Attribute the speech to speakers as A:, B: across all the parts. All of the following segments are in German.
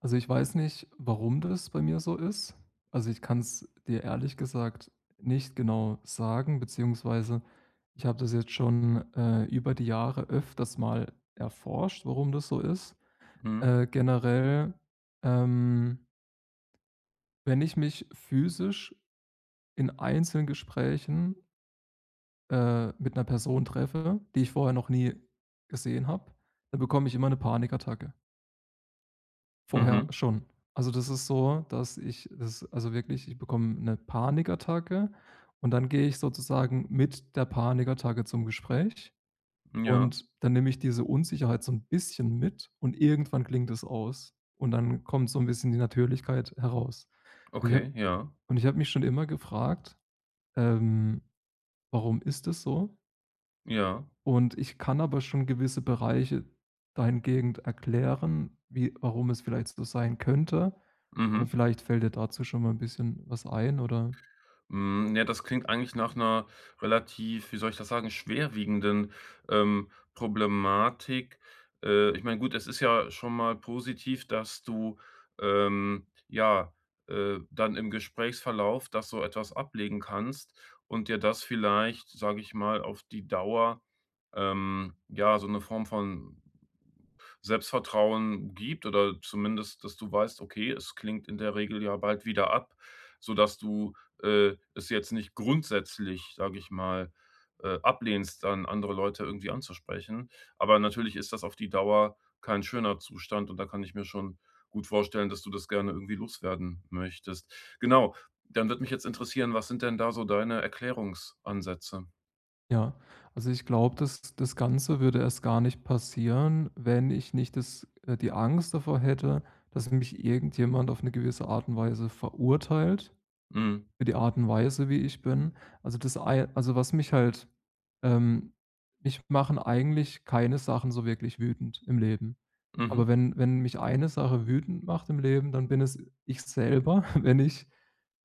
A: Also, ich weiß nicht, warum das bei mir so ist. Also, ich kann es dir ehrlich gesagt nicht genau sagen, beziehungsweise ich habe das jetzt schon, über die Jahre öfters mal erforscht, warum das so ist.
B: Mhm.
A: Generell, ähm, wenn ich mich physisch in einzelnen Gesprächen, mit einer Person treffe, die ich vorher noch nie gesehen habe, dann bekomme ich immer eine Panikattacke. Vorher
B: Mhm.
A: schon. Also, das ist so, dass ich das also wirklich, ich bekomme eine Panikattacke und dann gehe ich sozusagen mit der Panikattacke zum Gespräch
B: Ja,
A: und dann nehme ich diese Unsicherheit so ein bisschen mit und irgendwann klingt es aus und dann kommt so ein bisschen die Natürlichkeit heraus. Und ich habe
B: okay, ja,
A: und ich habe mich schon immer gefragt, ähm, warum ist es so?
B: ja.
A: Und ich kann aber schon gewisse Bereiche dahingehend erklären, wie warum es vielleicht so sein könnte. Aber
B: Mhm.
A: vielleicht fällt dir dazu schon mal 'n bisschen was ein oder
B: Hm, ja, das klingt eigentlich nach einer relativ, wie soll ich das sagen, schwerwiegenden, Problematik. Ich meine, gut, es ist ja schon mal positiv, dass du, ja, dann im Gesprächsverlauf das so etwas ablegen kannst und dir das vielleicht, sage ich mal, auf die Dauer, ja, so eine Form von Selbstvertrauen gibt oder zumindest, dass du weißt: „Okay, es klingt in der Regel ja bald wieder ab“, sodass du, es jetzt nicht grundsätzlich, sage ich mal, ablehnst, dann andere Leute irgendwie anzusprechen. Aber natürlich ist das auf die Dauer kein schöner Zustand und da kann ich mir schon gut vorstellen, dass du das gerne irgendwie loswerden möchtest. Genau, dann wird mich jetzt interessieren, was sind denn da so deine Erklärungsansätze?
A: ja. Also, ich glaube, das Ganze würde erst gar nicht passieren, wenn ich nicht das die Angst davor hätte, dass mich irgendjemand auf 'ne gewisse Art und Weise verurteilt.
B: Mhm.
A: Für die Art und Weise, wie ich bin. Also, das ei also, was mich halt ähm, mich machen eigentlich keine Sachen so wirklich wütend im Leben.
B: Mhm.
A: Aber wenn mich eine Sache wütend macht im Leben, dann bin es ich selber, wenn ich,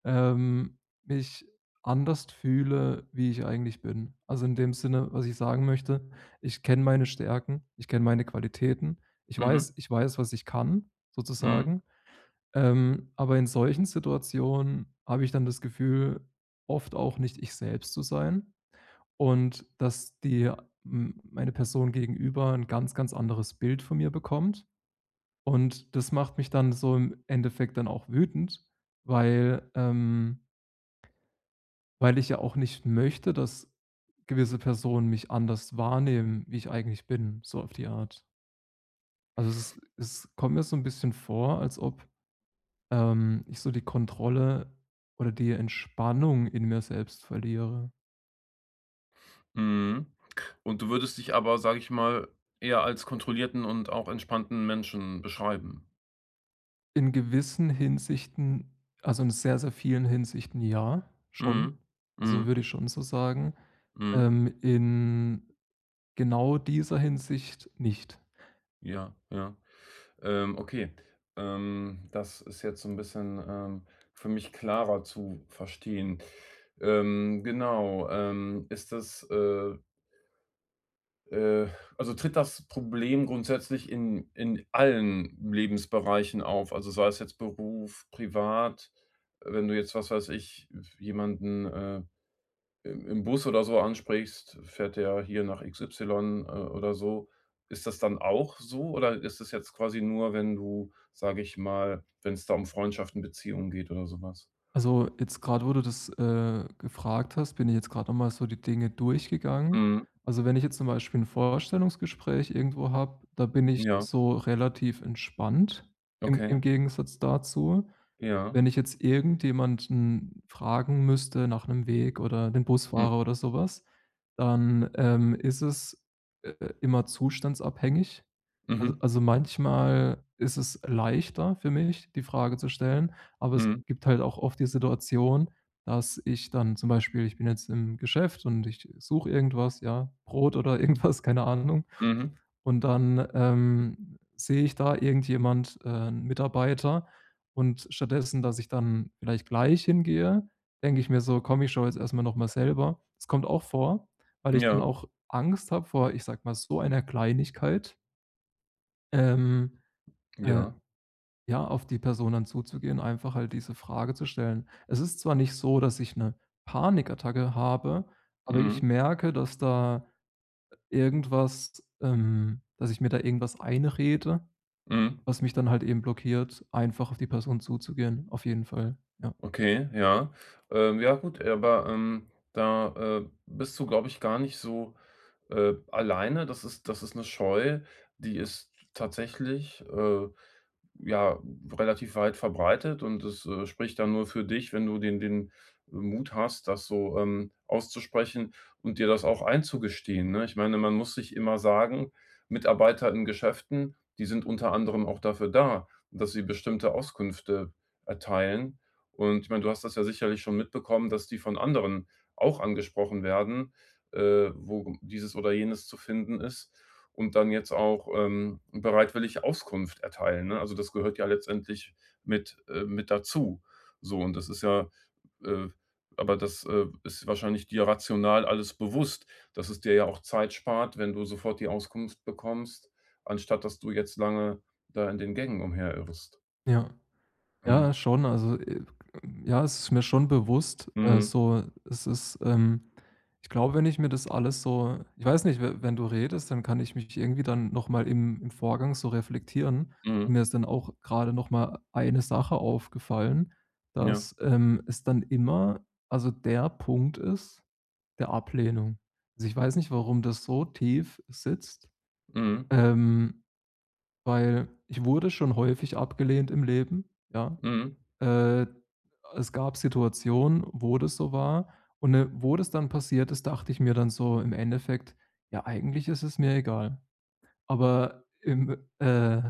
A: ähm, mich anders fühle, wie ich eigentlich bin. Also, in dem Sinne, was ich sagen möchte, ich kenne meine Stärken, ich kenne meine Qualitäten, ich
B: Mhm.
A: weiß ich weiß, was ich kann,
B: Mhm. Mhm.
A: sozusagen. Aber in solchen Situationen habe ich dann das Gefühl, oft auch nicht ich selbst zu sein und dass die m meine Person gegenüber ein ganz, ganz anderes Bild von mir bekommt. Und das macht mich dann so im Endeffekt dann auch wütend, weil ähm, weil ich ja auch nicht möchte, dass gewisse Personen mich anders wahrnehmen, wie ich eigentlich bin, so auf die Art. Also, es kommt mir so ein bisschen vor, als ob ich so die Kontrolle oder die Entspannung in mir selbst verliere.
B: Mhm. Und du würdest dich aber, sage ich mal, eher als kontrollierten und auch entspannten Menschen beschreiben?
A: In gewissen Hinsichten, also in sehr, sehr vielen Hinsichten ja, schon.
B: Mhm.
A: Also
B: Mhm.
A: würde ich schon so sagen.
B: Mhm.
A: In genau dieser Hinsicht nicht.
B: Ja, ja. Okay. Das ist jetzt so ein bisschen, für mich klarer zu verstehen. Genau, ist das, äh also, tritt das Problem grundsätzlich in allen Lebensbereichen auf? Also, sei es jetzt Beruf, privat, wenn du jetzt, was weiß ich, jemanden, im Bus oder so ansprichst, fährt der hier nach XY, oder so. Ist das dann auch so oder ist das jetzt quasi nur, wenn du, sage ich mal wenn's da um Freundschaften, Beziehungen geht oder so was?
A: Also jetzt gerade, wo du das gefragt hast, bin ich jetzt gerade nochmal so die Dinge durchgegangen.
B: Mhm.
A: Also wenn ich jetzt zum Beispiel ein Vorstellungsgespräch irgendwo habe, da bin ich
B: Ja,
A: so relativ entspannt im
B: okay.
A: Gegensatz dazu.
B: Ja.
A: Wenn ich jetzt irgendjemanden fragen müsste nach 'nem Weg oder den
B: M
A: Busfahrer oder so was, dann, ist es, äh, immer zustandsabhängig.
B: Mhm.
A: Also, manchmal ist es leichter für mich, die Frage zu stellen, aber es
B: Mhm.
A: gibt halt auch oft die Situation, dass ich dann zum Beispiel ich bin jetzt im Geschäft und ich suche irgendwas, ja, Brot oder irgendwas, keine Ahnung,
B: Mhm.
A: und dann, sehe ich da irgendjemand, 'n Mitarbeiter und stattdessen, dass ich dann vielleicht gleich hingehe, denke ich mir so: „Komm, ich schaue jetzt erst mal noch mal selber.“ Das kommt auch vor, weil ich dann
B: Ja.
A: auch Angst habe vor, ich sage mal, so einer Kleinigkeit, ähm, äh,
B: Ja.
A: ja, auf die Person dann zuzugehen, einfach halt diese Frage zu stellen. Es ist zwar nicht so, dass ich 'ne Panikattacke habe, aber ich
B: Mhm.
A: merke, dass da irgendwas dass ich mir da irgendwas einrede,
B: Mhm.
A: was mich dann halt eben blockiert, einfach auf die Person zuzugehen, auf jeden Fall. Ja.
B: Okay, ja. Ja gut, aber, da, bist du, glaube ich, gar nicht so, alleine. Das ist 'ne Scheu, die ist tatsächlich, ja, relativ weit verbreitet und es spricht dann nur für dich, wenn du den Mut hast, das so, auszusprechen und dir das auch einzugestehen, ne? Ich meine, man muss sich immer sagen, Mitarbeiter in Geschäften, die sind unter anderem auch dafür da, dass sie bestimmte Auskünfte erteilen. Und ich meine, du hast das ja sicherlich schon mitbekommen, dass die von anderen auch angesprochen werden, wo dieses oder jenes zu finden ist und dann jetzt auch, bereitwillig Auskunft erteilen, ne? Also, das gehört ja letztendlich mit dazu. So, und das ist ja, äh aber das, ist wahrscheinlich dir rational alles bewusst, dass es dir ja auch Zeit spart, wenn du sofort die Auskunft bekommst, anstatt dass du jetzt lange da in den Gängen umherirrst.
A: Ja.
B: Mhm.
A: Ja, schon. Also, ja, es ist mir schon bewusst,
B: Mhm.
A: so es ist, ich glaube, wenn ich mir das alles so ich weiß nicht, we wenn du redest, dann kann ich mich irgendwie dann noch mal im Vorgang so reflektieren und
B: Mhm.
A: mir ist dann auch gerade noch mal eine Sache aufgefallen,
B: Ja.
A: dass, es dann immer also der Punkt ist der Ablehnung. Also, ich weiß nicht, warum das so tief sitzt.
B: Mhm.
A: Ähm, Weil ich wurde schon häufig abgelehnt im Leben, ja.
B: Mhm.
A: Äh, Es gab Situationen, wo das so war und, wo das dann passiert ist, dachte ich mir dann so im Endeffekt: „Ja, eigentlich ist es mir egal.“ Aber im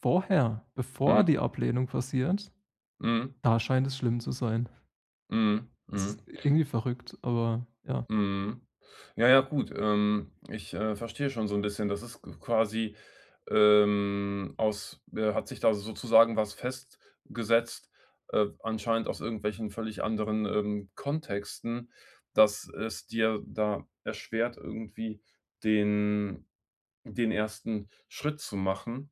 A: vorher, bevor
B: Mhm.
A: die Ablehnung passiert,
B: Mhm.
A: da scheint es schlimm zu sein.
B: Mhm. Mhm.
A: Es
B: Mhm.
A: ist irgendwie verrückt, aber ja.
B: Mhm. Ja, ja, gut. Ich, verstehe schon so ein bisschen. Das ist quasi, aus hat sich da sozusagen was festgesetzt, anscheinend aus irgendwelchen völlig anderen, Kontexten, dass es dir da erschwert, irgendwie den ersten Schritt zu machen.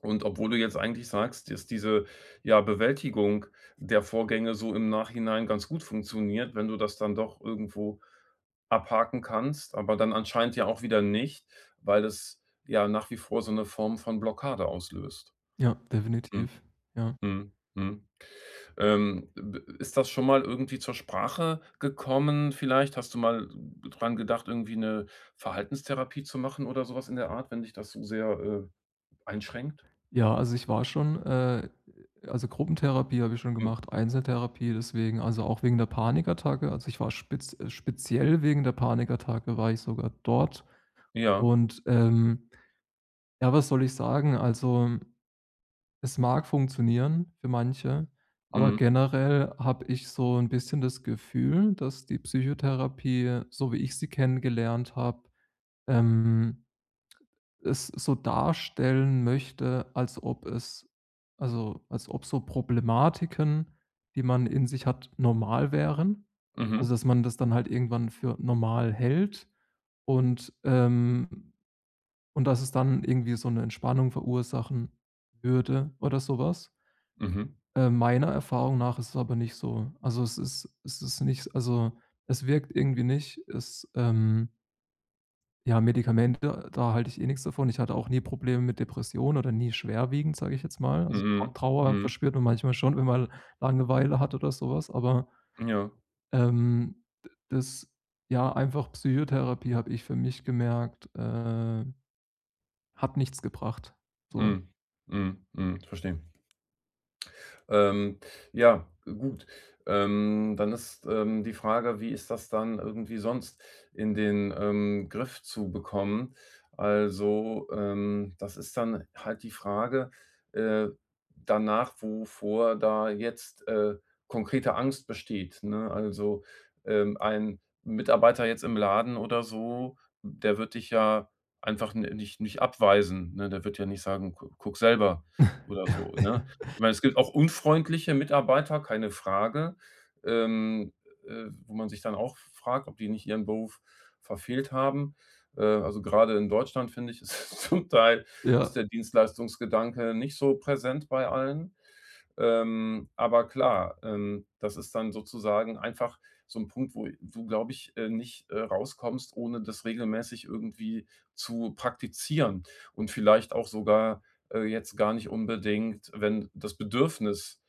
B: Und obwohl du jetzt eigentlich sagst, dass diese, ja, Bewältigung der Vorgänge so im Nachhinein ganz gut funktioniert, wenn du das dann doch irgendwo abhaken kannst, aber dann anscheinend ja auch wieder nicht, weil es ja nach wie vor so eine Form von Blockade auslöst.
A: Ja,
B: Mhm,
A: definitiv. Ja.
B: mhm, mhm. B Ist das schon mal irgendwie zur Sprache gekommen vielleicht? Hast du mal dran gedacht, irgendwie eine Verhaltenstherapie zu machen oder sowas in der Art, wenn dich das so sehr, einschränkt?
A: Ja, also ich war schon also Gruppentherapie habe ich schon
B: Hm,
A: gemacht, Einzeltherapie deswegen, also auch wegen der Panikattacke. Also ich war speziell wegen der Panikattacke war ich sogar dort.
B: ja.
A: Und, ja, was soll ich sagen? Also, es mag funktionieren für manche, aber
B: Mhm.
A: generell habe ich so ein bisschen das Gefühl, dass die Psychotherapie, so wie ich sie kennengelernt habe, ähm es so darstellen möchte, als ob es also, als ob so Problematiken, die man in sich hat, normal wären.
B: Mhm.
A: Also, dass man das dann halt irgendwann für normal hält und, ähm und dass es dann irgendwie so eine Entspannung verursachen würde oder sowas.
B: Mhm.
A: Meiner Erfahrung nach ist es aber nicht so. Also, es ist nicht also, es wirkt irgendwie nicht. Ja, Medikamente, da halte ich eh nichts davon. Ich hatte auch nie Probleme mit Depressionen oder nie schwerwiegend, sage ich jetzt mal. Also,
B: Mhm.
A: Trauer
B: Mhm.
A: verspürt man manchmal schon, wenn man Langeweile hat oder sowas. Aber,
B: Ja.
A: d das ja, einfach Psychotherapie habe ich für mich gemerkt, hat nichts gebracht. So.
B: Mhm. Mhm. Mhm. Verstehe. Ähm, ja, gut. Dann ist, die Frage, wie ist das dann irgendwie sonst in den, Griff zu bekommen? Also, das ist dann halt die Frage, äh, danach, wovor da jetzt, konkrete Angst besteht, ne? Also, ein Mitarbeiter jetzt im Laden oder so, der wird dich ja einfach ni nicht nicht abweisen, ne? Der wird ja nicht sagen: „Gu Guck selber“ oder so, ne? Ich meine, es gibt auch unfreundliche Mitarbeiter, keine Frage, ähm, wo man sich dann auch fragt, ob die nicht ihren Beruf verfehlt haben. Also, gerade in Deutschland, finde ich, ist zum Teil
A: Ja.
B: ist der Dienstleistungsgedanke nicht so präsent bei allen. Aber klar, das ist dann sozusagen einfach so ein Punkt, wo du, glaube ich, nicht, rauskommst, ohne das regelmäßig irgendwie zu praktizieren und vielleicht auch sogar jetzt gar nicht unbedingt, wenn das Bedürfnis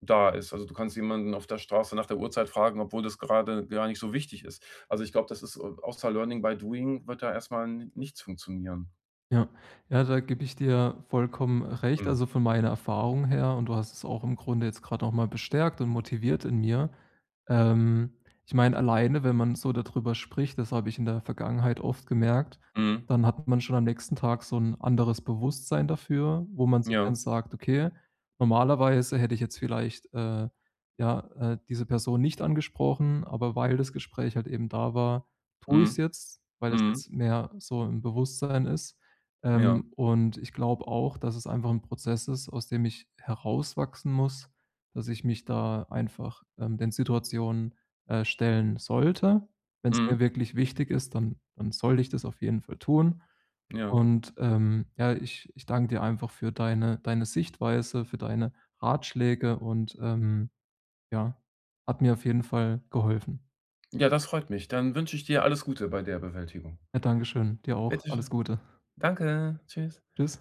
B: da ist. Also, du kannst jemanden auf der Straße nach der Uhrzeit fragen, obwohl das gerade gar nicht so wichtig ist. Also, ich glaube, das ist, außer Learning by Doing wird da erstmal mal nichts funktionieren.
A: Ja, ja, da gebe ich dir vollkommen recht.
B: Mhm.
A: Also, von meiner Erfahrung her und du hast es auch im Grunde jetzt gerade noch mal bestärkt und motiviert in mir. Ähm, Ich meine, alleine, wenn man so darüber spricht, das habe ich in der Vergangenheit oft gemerkt,
B: Mhm.
A: dann hat man schon am nächsten Tag so ein anderes Bewusstsein dafür, wo man sich
B: Ja.
A: dann sagt: „Okay, normalerweise hätte ich jetzt vielleicht, ja, diese Person nicht angesprochen, aber weil das Gespräch halt eben da war, tue ich's
B: Mhm.
A: jetzt, weil es
B: Mhm.
A: jetzt mehr so im Bewusstsein ist.“
B: Ja.
A: Und ich glaube auch, dass es einfach ein Prozess ist, aus dem ich herauswachsen muss, dass ich mich da einfach, den Situationen, stellen sollte. Wenn es
B: Mhm.
A: mir wirklich wichtig ist, dann sollte ich das auf jeden Fall tun.
B: Ja.
A: Und, ja, ich danke dir einfach für deine Sichtweise, für deine Ratschläge und, ja, hat mir auf jeden Fall geholfen.
B: Ja, das freut mich. Dann wünsche ich dir alles Gute bei der Bewältigung.
A: Ja, danke schön. Dir auch.
B: Bitte
A: Alles
B: schön.
A: Gute.
B: Danke. Tschüss.
A: Tschüss.